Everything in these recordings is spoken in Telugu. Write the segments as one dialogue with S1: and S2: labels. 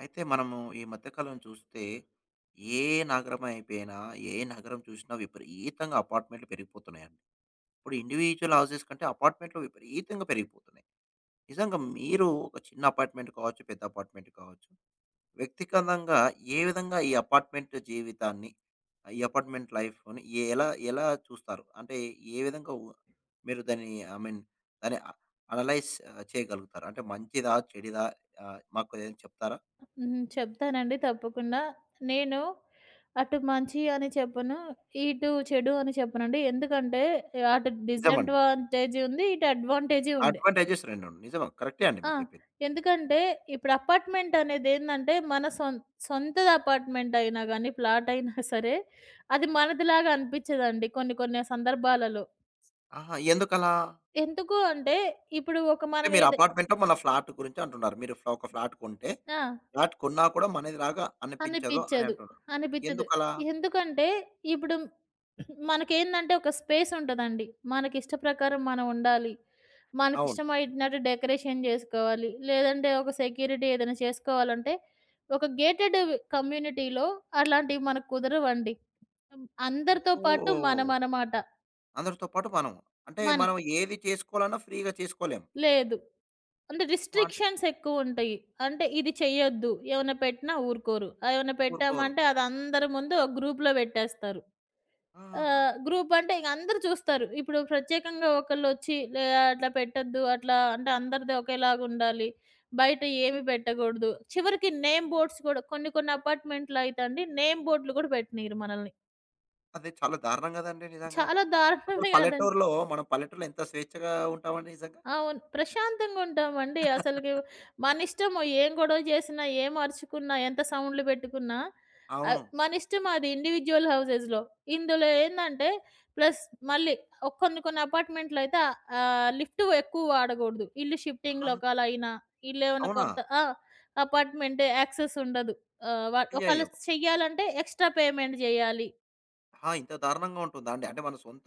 S1: అయితే మనము ఈ మధ్యకాలం చూస్తే ఏ నగరం అయిపోయినా, ఏ నగరం చూసినా విపరీతంగా అపార్ట్‌మెంట్‌లు పెరిగిపోతున్నాయండి. ఇప్పుడు ఇండివిడ్యువల్ హౌసెస్ కంటే అపార్ట్‌మెంట్‌లు విపరీతంగా పెరిగిపోతున్నాయి. నిజంగా మీరు ఒక చిన్న అపార్ట్‌మెంట్ కావచ్చు, పెద్ద అపార్ట్‌మెంట్ కావచ్చు, వ్యక్తిగతంగా ఏ విధంగా ఈ అపార్ట్‌మెంట్ జీవితాన్ని, ఈ అపార్ట్‌మెంట్ లైఫ్‌ని ఎ ఎలా ఎలా చూస్తారు? అంటే ఏ విధంగా మీరు దాన్ని ఐ మీన్ దాన్ని అనలైజ్ చేయగలుగుతారు? అంటే మంచిదా? చెడుదా? మాకు ఏదైనా చెప్తారా?
S2: హ్మ్. చెప్తానండి తప్పకుండా. నేను అటు మంచి అని చెప్పను. ఇటు చెడు అని చెప్పనండి. ఎందుకంటే అటు
S1: నిజమండి.
S2: డిసడ్వాంటేజ్ ఉంది. ఇటు అడ్వాంటేజ్ ఉంది.
S1: అడ్వాంటేజెస్ 2 ఉండి నిజమే. కరెక్టే అండి
S2: ఆ!
S1: మీరు చెప్పింది.
S2: ఎందుకంటే ఇప్పుడు అపార్ట్‌మెంట్ అనేదేందంటే మన సొంతది అపార్ట్‌మెంట్ అయినా గానీ, ఫ్లాట్ అయినా సరే అది మనదిలాగా అనిపించదండి కొన్ని కొన్ని సందర్భాలలో.
S1: ఆహా! ఎందుకలా?
S2: ఎందుకు అంటే ఇప్పుడు ఒక
S1: అంటే
S2: మనం
S1: మీరు
S2: ఏది
S1: అపార్ట్‌మెంటో, మన ఫ్లాట్ గురించి అంటున్నారు. మీరు ఒక ఫ్లాట్ కొంటే,
S2: ఆ!
S1: ఫ్లాట్ కొన్నా కూడా మనదిలాగా అనిపించదు అని
S2: అనిపిచ్చదు.
S1: అంటున్నారు.
S2: అనిపిచ్చదు.
S1: ఎందుకలా?
S2: ఎందుకంటే ఇప్పుడు మనకేందంటే ఒక స్పేస్ ఉంటదండి. మనకిష్ట ప్రకారం మనం ఉండాలి.
S1: అవును.
S2: మనకిష్టమైనట్టు డెకరేషన్ జేసుకోవాలి. లేదంటే ఒక సెక్యూరిటీ ఏదైనా చేసుకోవాలంటే ఒక గేటెడ్ కమ్యూనిటీలో అలాంటివి మనకు కుదరవండి. అందరితో పాటు
S1: ఓహ్!
S2: మనమనమాట.
S1: అందరితో పాటు మనం. అంటే
S2: మన
S1: మనం ఏది చేసుకోవాలన్నా ఫ్రీగా చేసుకోలేం.
S2: లేదు. అంటే
S1: అంటే
S2: రిస్ట్రిక్షన్స్ ఎక్కువుంటయి. అంటే ఇది చెయ్యొద్దు. ఏమన్నా పెట్టినా ఊరుకోరు. ఏమన్నా
S1: ఊరుకోరు.
S2: పెట్టామంటే అది అందరి ముందు ఒక గ్రూప్‌లో పెట్టేస్తారు.
S1: ఆ!
S2: గ్రూపంటే ఇగ అందరూ చూస్తారు. ఇప్పుడు ప్రత్యేకంగా ఒకళ్ళొచ్చి అట్లా పెట్టొద్దు. అట్లా అంటే అందరిది ఒకేలాగుండాలి. బయట ఏమి పెట్టకూడదు. చివరికి నేమ్ బోర్డ్స్ కూడా కొన్ని కొన్ని అపార్ట్‌మెంట్‌లో అయితే అండి నేమ్ బోర్డ్‌లు కూడా పెట్టనీయరు మనల్ని.
S1: అదే చాలా దారుణం కదండీ నిజంగా.
S2: చాలా
S1: అసలు
S2: దారుణమే గదండీ!
S1: పల్లెటూరులో ఎంత స్వేచ్ఛగా ఉంటామండి నిజంగా.
S2: అవును. ప్రశాంతంగుంటామండి. అసలకి మనిష్టము ఏం గొడవ చేసినా, ఏం అరుచుకున్నా, ఎంత సౌండ్‌లు పెట్టుకున్నా
S1: అవును.
S2: మనిష్టం అది ఇండివిడ్యువల్ హౌసెస్‌లో. ఇందులో ఏందంటే ప్లస్ మళ్ళీ కొన్ని కొన్ని అపార్ట్‌మెంట్‌లో అయితే లిఫ్ట్ ఎక్కువ వాడగూడదు. ఇల్లు షిఫ్టింగ్‌లో
S1: ఆ!
S2: ఒకవేళ అయినా, ఇల్లేమన్నా
S1: అవునా?
S2: కొత్త ఆ! అపార్ట్‌మెంట్ యాక్సెస్ ఉండదు. ఆహ్, ఒకవేళ
S1: అయ్యయ్యో!
S2: చెయ్యాలంటే ఎక్స్‌ట్రా పేమెంట్ జేయాలి.
S1: ఆహా! ఇంత దారుణంగా ఉంటుందా అండి? అంటే మన సొంత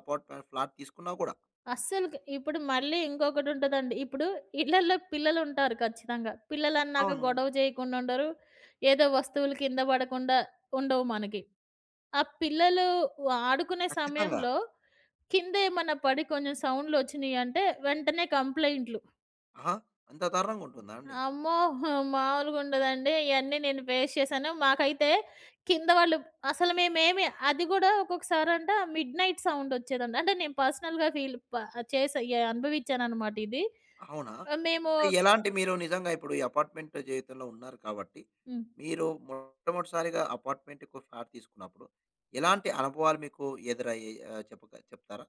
S1: అపార్ట్‌మెంట్ ఫ్లాట్ తీసుకున్నా కూడా?
S2: అస్సలుకి ఇప్పుడు మళ్ళీ ఇంకొకటుంటదండి. ఇప్పుడు ఇళ్ళల్లో పిల్లలుంటారు ఖచ్చితంగా. పిల్లలన్నాక
S1: అవును.
S2: గొడవ చేయకుండా ఉండరు. ఏదో వస్తువులు కింద పడకుండా ఉండవు మనకి. ఆ పిల్లలు ఆడుకునే
S1: ఖచ్చితంగా.
S2: సమయంలో కింద ఏమన్నా పడి కొంచెం సౌండ్‌లొచ్చినియంటే వెంటనే కంప్లెయింట్లు.
S1: ఆహా! అంత దారుణంగా ఉంటుందా అండి?
S2: అమ్మో! మామూలుగుండదండి. ఇయన్నీ నేను ఫేస్ చేశాను. మాకైతే కింద వాళ్ళు అసలు మేమేమి అది గూడా ఒక్కొక్కసారంట మిడ్‌నైట్ సౌండొచ్చేదండి. అంటే నేను పర్సనల్‌గా ఫీల్ ప చేసా అనుభవించాననమాట ఇది.
S1: అవునా?
S2: ఆహ్, మేము
S1: అంటే ఎలాంటి మీరు నిజంగా ఇప్పుడు ఈ అపార్ట్‌మెంట్ జీవితంలో ఉన్నారు కాబట్టి,
S2: హ్మ్.
S1: మీరు మొట్టమొదటిసారిగా అపార్ట్‌మెంట్‌కు ఫ్లాట్ తీసుకున్నప్పుడు, ఎలాంటి అనుభవాలు మీకు ఎదురయ్యాయి చెప్తారా?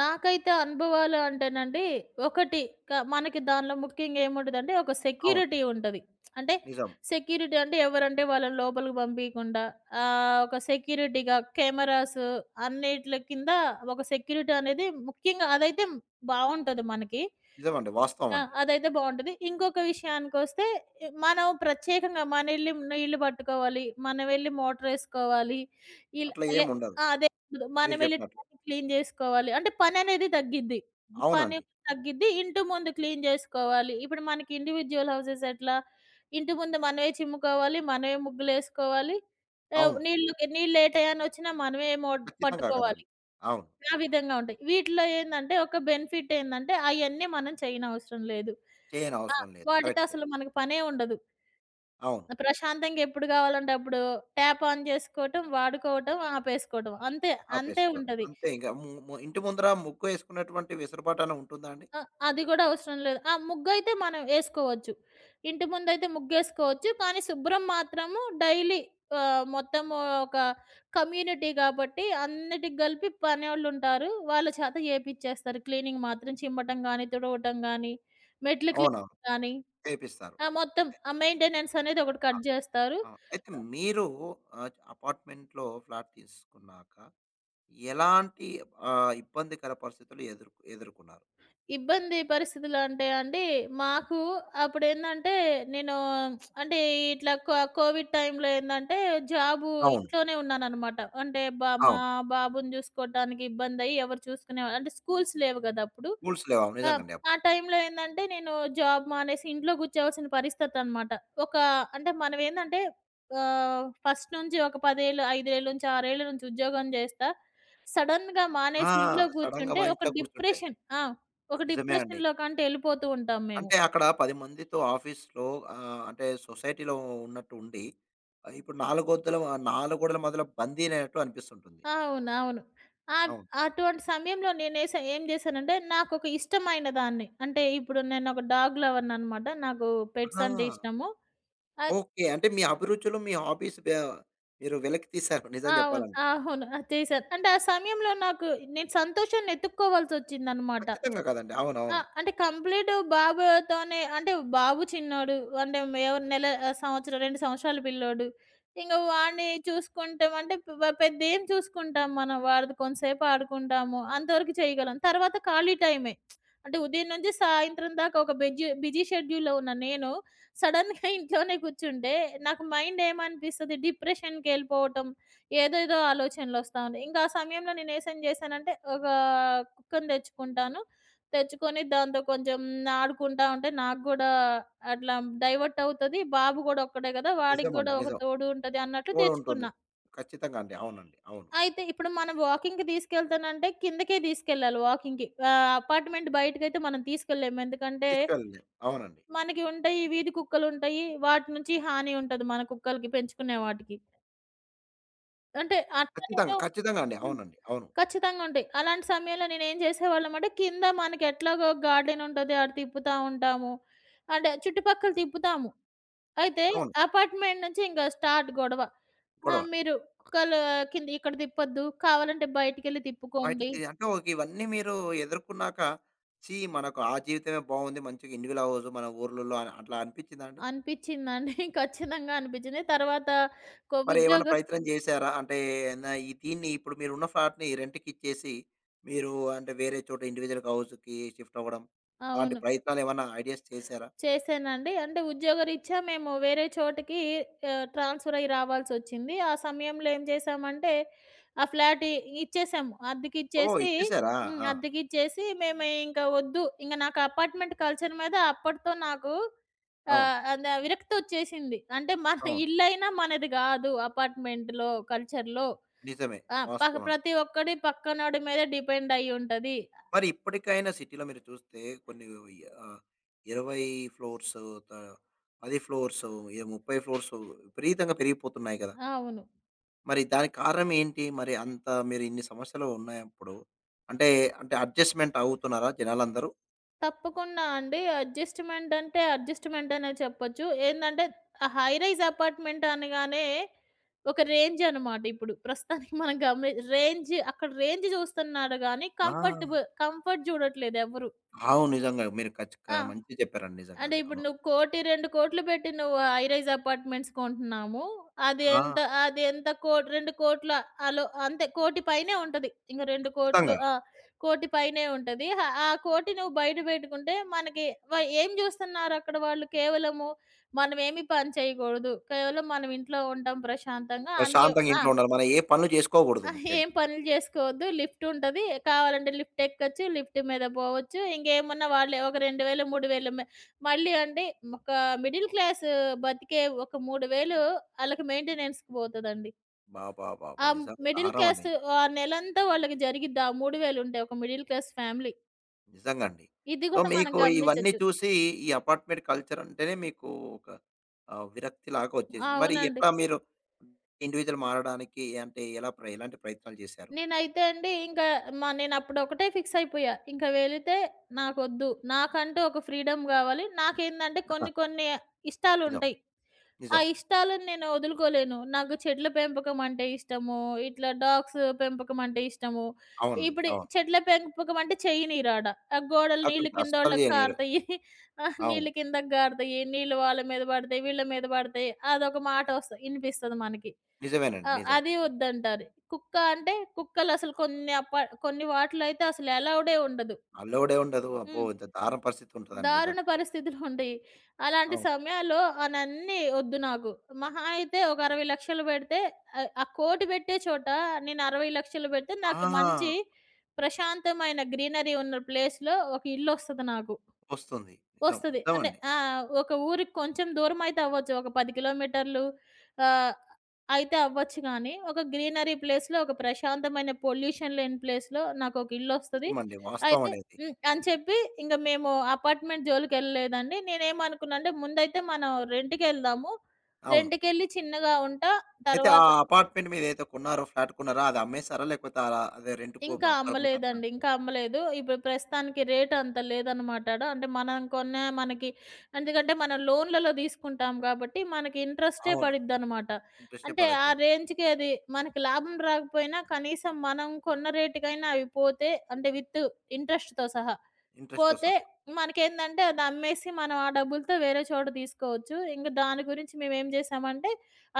S2: నాకైతే అనుభవాలు అంటేనండి, ఒకటి మనకి దానిలో ముఖ్యంగా ఏముంటదంటే, ఒక
S1: అవును.
S2: సెక్యూరిటీ ఉంటది. అంటే
S1: నిజం.
S2: సెక్యూరిటీ అంటే ఎవరంటే వాళ్ళని లోపలికి పంపీయకుండా ఒక సెక్యూరిటీగా కెమెరాస్ అన్నిట్ల కింద ఒక సెక్యూరిటీ అనేది ముఖ్యంగా అదైతే బావుంటది మనకి.
S1: నిజమండి. వాస్తవం
S2: ఆ!
S1: అండి.
S2: అదైతే బావుంటది. ఇంకొక విషయానికొస్తే, మనం ప్రత్యేకంగా మనెళ్ళి నీళ్లు పట్టుకోవాలి, మనమెళ్ళి మోటరేసుకోవాలి. ఇల్
S1: అట్లా
S2: లే
S1: ఏముండదు.
S2: ఆ! అదే
S1: మీరు
S2: మనమెళ్ళి
S1: చెప్పినట్లు.
S2: ట్యాంక్ క్లీన్ జేసుకోవాలి. అంటే పననేది తగ్గిద్ది. పని
S1: అవునండి.
S2: తగ్గిద్ది. ఇంటి ముందు క్లీన్ జేసుకోవాలి. ఇప్పుడు మనకి ఇండివిడ్యువల్ హౌసెస్ ఎట్లా, ఇంటి ముందు మనమే చిమ్ముకోవాలి, మనమే ముగ్గులేసుకోవాలి. ఆహ్,
S1: అవును.
S2: నీళ్ళుకి నీళ్ళు ఏ టయానొచ్చినా మనమే మోడ్
S1: ఖచ్చితంగా
S2: పట్టుకోవాలి.
S1: కదండీ! అవును.
S2: ఆ విధంగా ఉంటాయి. వీటిలో ఏందంటే, ఒక బెనిఫిట్ ఏందంటే, అయన్నీ మనం చేయనవసరం లేదు. ఆ!
S1: చేయనవసరం లేదు.
S2: వాటితో
S1: కరెక్టే.
S2: అసలు మనకు పనే ఉండదు.
S1: అవును.
S2: ప్రశాంతంగా ఎప్పుడు కావాలంటే అప్పుడు ట్యాప్ ఆన్ చేసుకోవటం, వాడుకోవటం, ఆపేసుకోవటం అంతే. అంతే
S1: ఆపేసుకోవడం.
S2: ఉంటది.
S1: అంతే ఇంక ము ము ఇంటి ముందర ముగ్గేసుకున్నటువంటి వెసులుబాటన ఉంటుందా అండి?
S2: ఆ! అది కూడా అవసరం లేదు. ఆ ముగ్గయితే మనం ఏసుకోవచ్చు. ఇంటి ముందయితే ముగ్గేసుకోవచ్చు. కానీ శుభ్రం మాత్రము డైలీ ఆహ్, మొత్తము ఒక కమ్యూనిటీ కాబట్టి అన్నిటికి కలిపి పనోళ్ళుంటారు. వాళ్ళ చేత చేపిచ్చేస్తారు. క్లీనింగ్ మాత్రం చిమ్మటం గాని, తుడవటం గాని, మెట్లు
S1: అవునవును.
S2: క్లీనింగ్ గాని,
S1: చేపిస్తారు.
S2: ఆ! మొత్తం ఆ మెయింటెనెన్స్ అనేది ఒకటి
S1: ఆ!
S2: కట్ జేస్తారు.
S1: అవును. అయితే మీరు అపార్ట్మెంట్‌లో ఫ్లాట్ తీసుకున్నాక ఎలాంటి ఇబ్బందికర పరిస్థితులు ఎదుర్కొన్నారు?
S2: ఇబ్బంది పరిస్థితులు అంటే అండి, మాకు అప్పుడేందంటే, నేను అంటే ఇట్లా కోవిడ్ టైంలో ఏందంటే, జాబు
S1: అవును.
S2: ఇంట్లోనే ఉన్నాననమాట. అంటే బ మా
S1: అవును.
S2: బాబుని చూసుకోవటానికి ఇబ్బందయ్యి ఎవరు చూసుకునేవాళ్ళు అంటే స్కూల్స్ లేవు గదా! అప్పుడు.
S1: రూల్స్ లేవు. అవును.
S2: ఆ!
S1: నిజంగండి.
S2: ఆ టైంలో ఏందంటే నేను జాబ్ మానేసి ఇంట్లో కూర్చోవాల్సిన పరిస్థితనమాట. ఒక అంటే మనమేందంటే ఫస్ట్ నుంచి ఒక 10 ఏళ్ళు, 5 ఏళ్ళ నుంచి, 6 ఏళ్ళ నుంచి ఉద్యోగం చేస్తా. సడెన్‌గా
S1: ఆ!
S2: మానేసి ఇంట్లో
S1: సడెన్‌గా
S2: కూర్చుంటే ఒక
S1: ఇంట్లో కూర్చుంటే
S2: డిప్రెషన్ ఆ! ఒక
S1: నిజమే అండి.
S2: డిప్రెషన్‌లోకంటే ఎళ్ళిపోతూ ఉంటాం మేము.
S1: అంటే అక్కడ 10 మందితో ఆఫీస్‌లో అంటే సొసైటీలో ఉన్నట్టు ఉండి, ఇప్పుడు నాలుగోడల మధ్యలో బందీనైనట్టు అనిపిస్తుంటుంది.
S2: అవును. అవును. ఆహ్,
S1: అవును.
S2: అటువంటి సమయంలో ఏం చేశానంటే నాకొక ఇష్టమైన దాన్ని అంటే ఇప్పుడు నేనొక డాగ్ లవర్‌ననమాట. నాకు పెట్స్
S1: ఆ!
S2: అంటే ఇష్టము. ఆ!
S1: ఓకే. అంటే మీ అభిరుచులు, మీ హాబీస్ మీరు వెలికి తీశారు నిజం
S2: అవును.
S1: జెప్పాలంటే.
S2: అవును. అది చేశాను. అంటే ఆ సమయంలో నాకు నేను సంతోషాన్ని ఎతుక్కోవాల్సొచ్చిందనమాట.
S1: ఖచ్చితంగా కదండీ.
S2: ఆ!
S1: అవునవును.
S2: అంటే కంప్లీటు బాబుతోనే అంటే బాబు చిన్నోడు. అంటే ఎవరు నెల ఆహ్, సంవత్సరం 2 సంవత్సరాల పిల్లోడు. ఇంక వాడిని చూసుకుంటామంటే పెద్దేం చూసుకుంటాం మనం. వాడితో కొంతసేపు ఆడుకుంటాము. అంతవరకు చేయగలం. తర్వాత ఖాళీ టైమే. అంటే ఉదయం నుంచి సాయంత్రం దాకా ఒక బిజీ షెడ్యూల్‌లో ఉన్న నేను సడెన్‌గా ఇంట్లోనే కూర్చుంటే నాకు మైండ్ ఏమనిపిస్తది డిప్రెషన్‌కెళ్ళిపోవటం. ఏదేదో ఆలోచనలొస్తా ఉంటాయి. ఇంకా ఆ సమయంలో నేనేం చేశానంటే ఒక కుక్కను తెచ్చుకుంటాను. తెచ్చుకొని దాంతో కొంచెం ఆడుకుంటా ఉంటే నాకు గూడా అట్లా డైవర్ట్ అవుతది. బాబు గూడా ఒక్కడే గదా! వాడికి
S1: నిజమండి.
S2: గూడా ఒక
S1: నిజం.
S2: తోడు ఉంటది అన్నట్లు
S1: తోడుంటుంది.
S2: తెచ్చుకున్నా.
S1: ఖచ్చితంగా అండి. అవునండి. అవును.
S2: అయితే ఇప్పుడు మనం వాకింగ్‌కి తీసుకెళ్తానంటే కిందకే తీసుకెళ్ళాలి వాకింగ్‌కి. ఆహ్, అపార్ట్‌మెంట్ బయటకైతే మనం తీసుకెళ్ళలేము. ఎందుకంటే
S1: తీసుకెళ్ళలేం. అవునండి.
S2: మనకి ఉంటాయి వీధి కుక్కలుంటాయి. వాటి నుంచి హాని ఉంటది మన కుక్కలకి పెంచుకునే వాటికి. అంటే అట్లా
S1: ఖచ్చితంగా.
S2: నేను
S1: ఖచ్చితంగా అండి.
S2: హ్మ్.
S1: అవునండి. అవును.
S2: ఖచ్చితంగా ఉంటాయి. అలాంటి సమయంలో నేనేం చేసేవాళ్ళమంటే, కింద మనకెట్లాగో గార్డెన్ ఉంటది. ఆడ తిప్పుతా ఉంటాము. అంటే చుట్టుపక్కల తిప్పుతాము. అయితే
S1: అవును.
S2: అపార్ట్‌మెంట్ నుంచి ఇంక స్టార్ట్ గొడవ. ఆ!
S1: గొడవ.
S2: మీరు ఒకళ్ళు కింద ఇక్కడ తిప్పొద్దు. కావాలంటే బయటికెళ్ళి
S1: బయట
S2: తిప్పుకోండి
S1: అంటే ఓకే. ఇవన్నీ మీరు ఎదుర్కొన్నాక, ఛీ! మనకు ఆ జీవితమే బావుంది. మంచిగా ఇండివిడ్యువల్ హౌస్ మన ఊర్లలో అని అట్లా అనిపిచ్చిందా అండి?
S2: అనిపిచ్చిందండి. ఖచ్చితంగా అనిపిచ్చింది. తర్వాత కొ
S1: మరేమన్నా
S2: ఉద్యోగ
S1: ప్రయత్నం జేశారా? అంటే నా ఈ దీన్ని ఇప్పుడు మీరున్న ఫ్లాట్‌ని రెంట్‌కిచ్చేసి, మీరు అంటే వేరే చోట ఇండివిడ్యువల్ హౌస్‌కి షిఫ్ట్ అవ్వడం, అలాంటి
S2: అవును.
S1: ప్రయత్నాలేమన్నా ఐడియాస్ చేశారా?
S2: చేశానండి. అంటే ఉద్యోగరీత్యా మేము వేరే చోటికి ఆహ్, ట్రాన్స్‌ఫర్ అయ్యి రావాల్సొచ్చింది. ఆ సమయంలో ఏం చేశామంటే, ఆ ఫ్లాట్ ఇచ్చేసాము.
S1: ఓహ్!
S2: అద్దెకిచ్చేసి
S1: ఇచ్చేశారా?
S2: హ్మ్.
S1: ఆ!
S2: అద్దెకిచ్చేసి మేము ఇంక వద్దు. ఇంక నాకు అపార్ట్‌మెంట్ కల్చర్ మీద అప్పటితో నాకు
S1: అవును.
S2: ఆహ్, విరక్తొచ్చేసింది. అంటే మన
S1: అవును.
S2: ఇల్లైనా మనది గాదు. అపార్ట్‌మెంట్‌లో కల్చర్‌లో.
S1: నిజమే.
S2: ఆ!
S1: వాస్తవం. అండి.
S2: ప్రతి ఒక్కడి పక్కనోడి మీద డిపెండ్ అయ్యుంటది.
S1: మరి ఇప్పటికైనా సిటీలో మీరు చూస్తే కొన్ని ఆహ్, 20 ఫ్లోర్స్ త 10 ఫ్లోర్స్, 30 ఫ్లోర్స్ విపరీతంగా పెరిగిపోతున్నాయి గదా!
S2: అవును.
S1: మరి దానికి కారణం ఏంటి? మరి అంత మీరు ఇన్ని సమస్యలు ఉన్నాయప్పుడు అంటే, అంటే అడ్జస్ట్‌మెంట్ అవుతున్నారా జనాలందరూ?
S2: తప్పకుండా అండి. అడ్జస్ట్‌మెంట్ అంటే అడ్జస్ట్‌మెంట్ అనే చెప్పొచ్చు. ఏందంటే హై రైజ్ అపార్ట్‌మెంట్ అనగానే ఒక రేంజ్ అనమాట ఇప్పుడు. ప్రస్తుతానికి మనం రేంజ్ అక్కడ రేంజ్ చూస్తున్నాడు గానీ
S1: ఆ!
S2: కంఫర్టబుల్ కంఫర్ట్ చూడట్లేదు ఎవరు.
S1: అవును. నిజంగా. మీరు
S2: ఆ!
S1: మంచిగా చెప్పారండి నిజంగా
S2: అంటే
S1: అది.
S2: ఇప్పుడు
S1: అవును.
S2: నువ్వు 1,00,00,000, 2,00,00,000 పెట్టి నువ్వు హైరైజ్ అపార్ట్‌మెంట్స్ కొంటున్నాము. అది
S1: ఆ!
S2: ఎంత అది ఎంత కో 2,00,00,000 అలో అంతే 1,00,00,000 పైనే ఉంటది. ఇంక 2,00,00,000
S1: ఖచ్చితంగా.
S2: ఆ! 1,00,00,000 పైనే ఉంటది. హ ఆ 1,00,00,000 నువ్వు బయట పెట్టుకుంటే మనకి వ ఏం చూస్తున్నారక్కడ వాళ్ళు? కేవలము మనమేమి పని చేయకూడదు. కేవలం మనం ఇంట్లో ఉంటాం ప్రశాంతంగా అన్నీ
S1: ప్రశాంతంగా
S2: ఆ!
S1: ఇంట్లో ఉండాలి. మనం ఏ పనులు చేసుకోకూడదు
S2: ఆ! ఏం
S1: ముఖ్యంగా.
S2: పనులు చేసుకోవద్దు. లిఫ్ట్ ఉంటది. కావాలంటే లిఫ్ట్ ఎక్కొచ్చు. లిఫ్ట్ మీద పోవచ్చు. ఇంకేమున్నా వాళ్ళే ఒక 2000, 3000 మళ్ళీ అండి ఒక మిడిల్ క్లాస్ బతికే ఒక 3000 ఆళ్ళకి మెయింటెనెన్స్‌కి పోతదండి. ఆ
S1: అబ్బబ్బబ్బా! నిజంగా
S2: మిడిల్
S1: దారుణం
S2: క్లాస్
S1: అండి.
S2: ఆ నెలంతా వాళ్ళకి జరిగిద్ది. ఆ 3000 ఉంటే ఒక మిడిల్ క్లాస్ ఫ్యామిలీ.
S1: నిజంగా అండి.
S2: ఇది
S1: సో,
S2: గూడా మనం
S1: మీకు ఇవన్నీ
S2: గమనించొచ్చు.
S1: చూసి ఈ అపార్ట్మెంట్ కల్చర్ అంటేనే మీకు ఒక విరక్తిలాగా
S2: ఆ!
S1: వచ్చేసింది. మరి
S2: అవునండి.
S1: ఎట్లా మీరు ఇండివిడ్యువల్ మారడానికి అంటే ఎలాంటి ప్రయత్నాలు చేశారు?
S2: నేనైతే అండి ఇంకా నేనప్పుడు ఒకటే ఫిక్స్ అయిపోయా. ఇంక వెళితే నాకొద్దు. నాకంటూ ఒక ఫ్రీడమ్ గావాలి. నాకేందంటే కొన్ని కొన్ని
S1: నిజం.
S2: ఇష్టాలుంటయి. ఆ
S1: నిజం.
S2: ఇష్టాలను నేను వదులుకోలేను. నాకు చెట్ల పెంపకం అంటే ఇష్టము. ఇట్లా డాగ్స్ పెంపకం అంటే ఇష్టము.
S1: అవునండి.
S2: ఇప్పుడు
S1: అవును.
S2: చెట్ల పెంపకం అంటే చెయ్యనియరాడ. ఆ గోడలు
S1: అక్కడ
S2: నీళ్ళు
S1: అస్సలు
S2: కిందోళ్ళకి
S1: చేయనీయరు.
S2: కారుతయి. ఆ!
S1: అవును.
S2: నీళ్ళు కిందకి గారుతయి. నీళ్ళు వాళ్ళ మీద పడతయి. వీళ్ళ మీద పడతయి. అదొక మాట వస్తది ఇనిపిస్తది మనకి.
S1: నిజమేనండి.
S2: ఆ!
S1: నిజమే.
S2: అది వద్దంటారు. కుక్క అంటే కుక్కలసలు కొన్ని అపా కొన్ని వాటిలో అయితే అసలు అలౌడే ఉండదు.
S1: అలౌడే ఉండదు. అబ్బో!
S2: హ్మ్.
S1: ఇంత దారుణ పరిస్థితి ఉంటదండి
S2: దారుణ
S1: నిజంగా.
S2: పరిస్థితులుంటయి. అలాంటి
S1: అవును.
S2: సమయాల్లో అనన్నీ ఒద్దు నాకు. మహా అయితే ఒక 60,00,000 పెడితే ఆహ్, ఆ కోటి పెట్టే చోట నేను 60,00,000 పెడితే నాకు
S1: ఆహా!
S2: మంచి ప్రశాంతమైన గ్రీనరీ ఉన్న ప్లేస్‌లో ఒక ఇల్లొస్తది నాకు.
S1: వస్తుంది. నిజం.
S2: వస్తది. అంటే
S1: నిజమండి.
S2: ఆ! ఒక ఊరికి కొంచెం దూరమైతే అవ్వచ్చు. ఒక 10 కిలోమీటర్లు ఆహ్, అయితే అవ్వచ్చు గానీ, ఒక గ్రీనరీ ప్లేస్‌లో, ఒక ప్రశాంతమైన పొల్యూషన్ లేని ప్లేస్‌లో నాకొక ఇల్లొస్తది.
S1: నిజమండి. వాస్తవం
S2: అయితే
S1: అండి అది.
S2: హ్మ్. అని చెప్పి ఇంక మేము అపార్ట్‌మెంట్ జోలికెళ్ళలేదండి. నేనేమనుకున్నా అంటే ముందైతే మనం రెంట్‌కెళ్దాము.
S1: అవును.
S2: రెంట్‌కెళ్ళి చిన్నగా ఉంటా.
S1: అయితే ఆ
S2: తర్వాత
S1: అపార్ట్‌మెంట్ మీదైతే కొన్నారో, ఫ్లాట్ కొన్నారో అది అమ్మేసారా? లేకపోతే అలా అదే రెంట్‌కో
S2: ఇంకా
S1: పర్పస్ అట్లా
S2: అమ్మలేదండి. ఇంకా అమ్మలేదు. ఇప్పుడు ప్రస్తుతానికి రేట్ అంత లేదనమాట ఆడ. అంటే మనం కొన్న మనకి ఎందుకంటే మనం లోన్‌లలో తీసుకుంటాం కాబట్టి మనకి ఇంట్రెస్టే
S1: అవును.
S2: పడిద్దనమాట.
S1: ఇంట్రెస్టే
S2: అంటే ఆ
S1: పడదు.
S2: రేంజ్‌కి అది మనకి లాభం రాకపోయినా కనీసం మనం కొన్న రేటుకైనా అవి పోతే అంటే ఇంట్రెస్ట్‌తో సహా.
S1: ఇంట్రెస్ట్‌తో
S2: పోతే
S1: సహా.
S2: మనకేందంటే అది అమ్మేసి మనం ఆ డబ్బులతో వేరే చోట తీసుకోవచ్చు. ఇంక దాని గురించి మేమేం చేశామంటే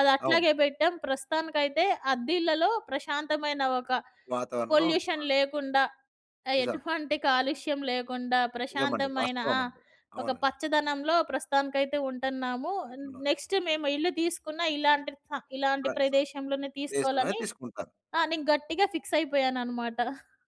S2: అది
S1: అవును.
S2: అట్లాగే పెట్టాం. ప్రస్తుతానికైతే అద్దిళ్ళలో ప్రశాంతమైన ఒక
S1: వాతావరణంలో
S2: పొల్యూషన్
S1: ఉంటుంది.
S2: లేకుండా, ఆహ్,
S1: నిజం.
S2: ఎటువంటి కాలుష్యం లేకుండా
S1: నిజమండి.
S2: ప్రశాంతమైన
S1: వాస్తవం
S2: ఆ!
S1: అండి.
S2: ఒక
S1: అవునండి.
S2: పచ్చదనంలో ప్రస్తుతానికైతే ఉంటున్నాము.
S1: ఉంటున్నారు.
S2: నెక్స్ట్ మేము ఇల్లు తీసుకున్న ఇలాంటి
S1: ప్రైస్
S2: ప్రదేశంలోనే
S1: ప్లేస్‌లోనే
S2: తీసుకోవాలని
S1: తీసుకుంటారు.
S2: ఆ! నేను గట్టిగా ఫిక్స్ అయిపోయాననమాట.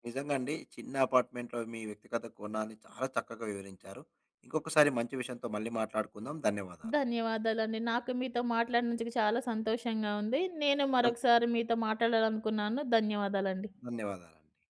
S1: నిజంగా అండి. చిన్న అపార్ట్‌మెంట్‌లో మీ వ్యక్తిగత కోణాన్ని చాలా చక్కగా వివరించారు. ఇంకొకసారి మంచి విషయంతో మళ్ళీ మాట్లాడుకుందాం. ధన్యవాదాలు.
S2: ధన్యవాదాలండి. నాకు మీతో మాట్లాడినందుకు చాలా సంతోషంగా ఉంది. నేను
S1: ధన్
S2: మరొకసారి మీతో మాట్లాడాలనుకున్నాను. ధన్యవాదాలండి.
S1: ధన్యవాదాలండి.